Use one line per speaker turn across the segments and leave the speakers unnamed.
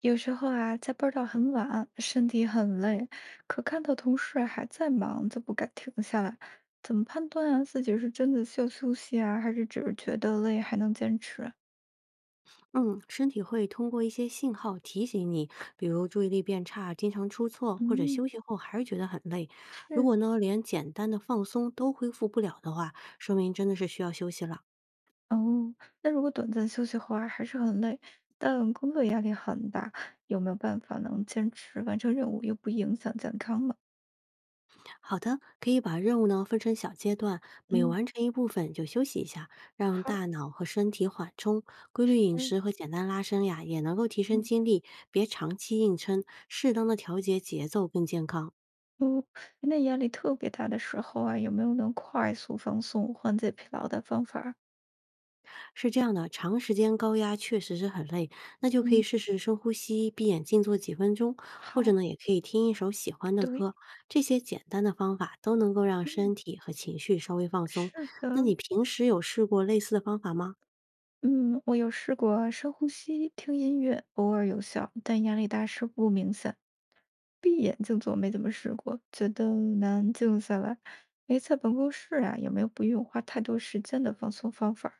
有时候啊，加班儿到很晚，身体很累，可看到同事还在忙，就不敢停下来。怎么判断啊，自己是真的需要休息啊，还是只是觉得累还能坚持啊？
嗯，身体会通过一些信号提醒你，比如注意力变差、经常出错，或者
嗯，
休息后还是觉得很累。如
是。
果呢，连简单的放松都恢复不了的话，说明真的是需要休息了。
哦。那如果短暂休息后啊，还是很累，但工作压力很大，有没有办法能坚持完成任务又不影响健康吗？
好的，可以把任务呢分成小阶段，每
嗯，
完成一部分就休息一下，让
好，
大脑和身体缓冲。规律饮
嗯。
食和简单拉伸呀，也能够提升
嗯。
精力，别长期硬撑，适当的调节节奏更健康。
哦，那压力特别大的时候啊，有没有能快速放松、缓解疲劳的方法儿？
是这样的，长时间高压确实是很累，那就可以
嗯。
试试深呼吸，闭眼静坐几分钟，或者
好，
呢，也可以听一首喜欢的
对，
歌。这些简单的方法都能够让
嗯，
身体和情绪稍微放松。
是
那你
的，
平时有试过类似的方法吗？
嗯，我有试过深呼吸、听音乐，偶尔有效，但压力大时不明显。闭眼静坐没怎么试过，觉得难静下来。没在办公室啊，有没有不用花太多时间的放松方法儿？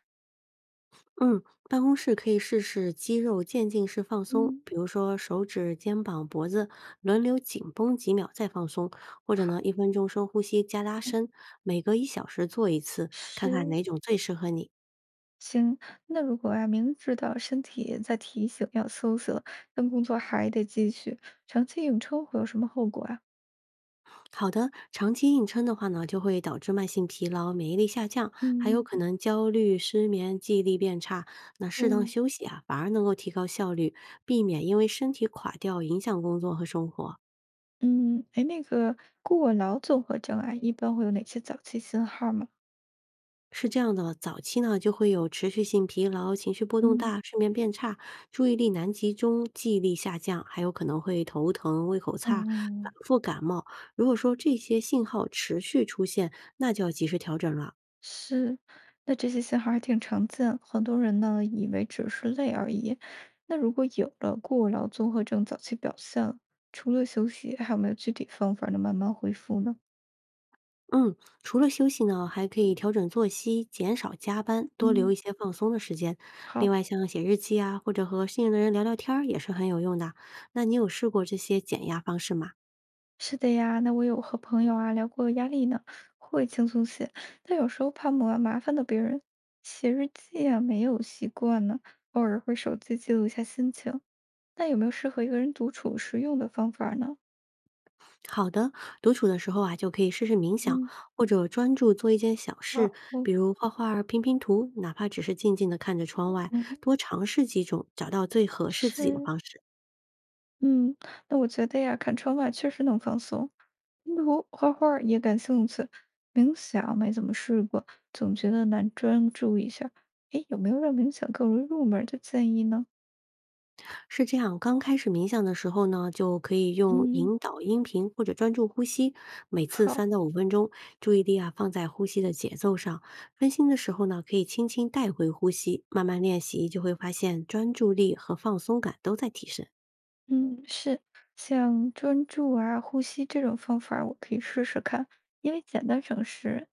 嗯，办公室可以试试肌肉渐进式放松，
嗯，
比如说手指、肩膀、脖子轮流紧绷几秒再放松，或者呢，
好，
1分钟深呼吸加拉伸，每隔1小时做一次，看看
是，
哪种最适合你。
行。那如果啊，明知道身体在提醒要休息了，但工作还得继续，长期硬撑会有什么后果啊？
好的，长期硬撑的话呢，就会导致慢性疲劳、免疫力下降，还有
嗯。
可能焦虑、失眠、记忆力变差。那适当
嗯。
休息啊，反而能够提高效率，避免因为身体垮掉影响工作和生活。
嗯，哎，那个过劳综合症啊，一般会有哪些早期信号吗？
是这样的，早期呢就会有持续性疲劳、情绪波动
嗯，
大、睡眠变差、注意力难集中、记忆力下降，还有可能会头疼、胃口差、
哦，
反复感冒。如果说这些信号持续出现，那就要及时调整了。
是，那这些信号还挺常见，很多人呢以为只是累而已。那如果有了过劳综合症早期表现，除了休息，还有没有具体方法能慢慢恢复呢？
嗯，除了休息呢，还可以调整作息，减少加班，多留一
嗯，
些放松的时间。另
好。
外，像写日记啊，或者和信任的人聊聊天儿，也是很有用的。那你有试过这些减压方式吗？
是的呀，那我有和朋友啊聊过压力呢，会轻松些，但有时候怕麻麻烦到别人。写日记啊，没有习惯呢，偶尔会手机记录一下心情。那有没有适合一个人独处时用的方法呢？
好的，独处的时候啊，就可以试试冥想，
嗯，
或者专注做一件小
啊，
事，
我。
比如画画、拼拼图，哪怕只是静静的看着窗外，
嗯。
多尝试几种，找到最合适自己的
是，
方式。
嗯，那我觉得呀，看窗外确实能放松，拼图、画画儿也感兴趣，冥想没怎么试过，总觉得难专注一下。诶，有没有让冥想更容易入门儿的建议呢？
是这样，刚开始冥想的时候呢，就可以用
嗯。
引导音频或者专注呼吸，每次三
好，
到五分钟，注意力啊放在呼吸的节奏上。分心的时候呢，可以轻轻带回呼吸，慢慢练习就会发现专注力和放松感都在提升。
嗯，是，像专注啊、呼吸这种方法儿我可以试试看，因为简单省事。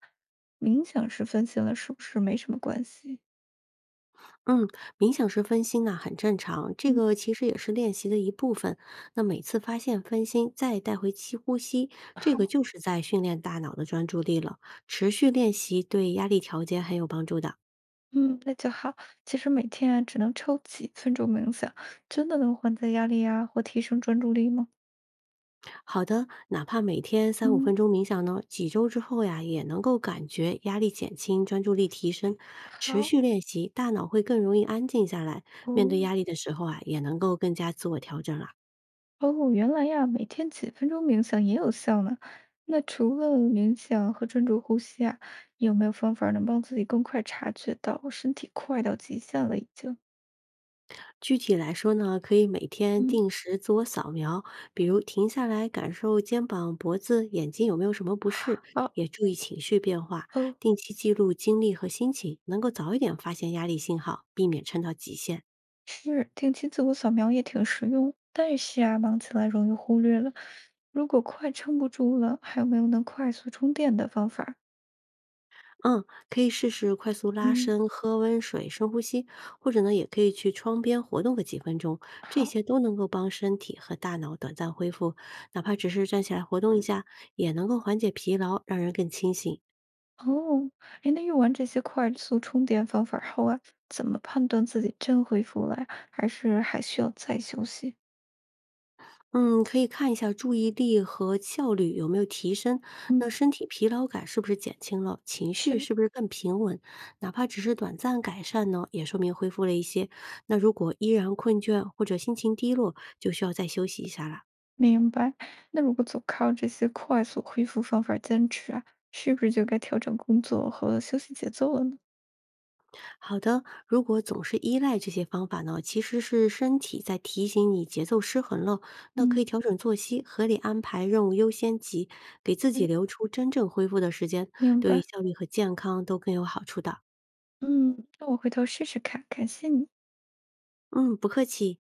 冥想时分心了，是不是没什么关系？
嗯，冥想时分心啊很正常，这
嗯，
个其实也是练习的一部分。那每次发现分心，再带回吸呼吸，这
好，
个就是在训练大脑的专注力了。持续练习对压力调节很有帮助的。
嗯，那就好。其实每天啊，只能抽几分钟冥想，真的能缓解压力啊，或提升专注力吗？
好的，哪怕每天三五
嗯，
分钟冥想呢，几周之后呀，也能够感觉压力减轻、专注力提升。持
好，
续练习，大脑会更容易安静下来，面对
哦。
压力的时候啊，也能够更加自我调整啦。
哦，原来呀，每天几分钟冥想也有效呢。那除了冥想和专注呼吸啊，有没有方法能帮自己更快察觉到身体快到极限了已经？
具体来说呢，可以每天
嗯，
定时自我扫描，比如停下来感受肩膀、脖子、眼睛有没有什么不适，
好，
也注意情绪变化，
哦，
定期记录精力和心情，能够早一点发现压力信号，避免撑到极限。
是，定期自我扫描也挺实用，但是啊，忙起来容易忽略了。如果快撑不住了，还有没有能快速充电的方法？
嗯，可以试试快速拉
嗯。
伸、喝温水、深呼吸，或者呢，也可以去窗边活动个几分钟，这
好。
些都能够帮身体和大脑短暂恢复。哪怕只是站起来活动一下，也能够缓解疲劳，让人更清醒。
哦，哎，那用完这些快速充电方法后啊，怎么判断自己真恢复了呀，还是还需要再休息？
嗯，可以看一下注意力和效率有没有提升，那
嗯，
身体疲劳感是不是减轻了，情绪
是，
是不是更平稳？哪怕只是短暂改善呢，也说明恢复了一些。那如果依然困倦或者心情低落，就需要再休息一下啦。
明白。那如果总靠这些快速恢复方法坚持啊，是不是就该调整工作和休息节奏了呢？
好的，如果总是依赖这些方法呢，其实是身体在提醒你节奏失衡了。那可
嗯，
以调整作息，合理安排任务优先级，给自己
嗯，
留出真正恢复的时间，
明
对
白。
效率和健康都更有好处的。
嗯，那我回头试试看，感谢你。
嗯，不客气。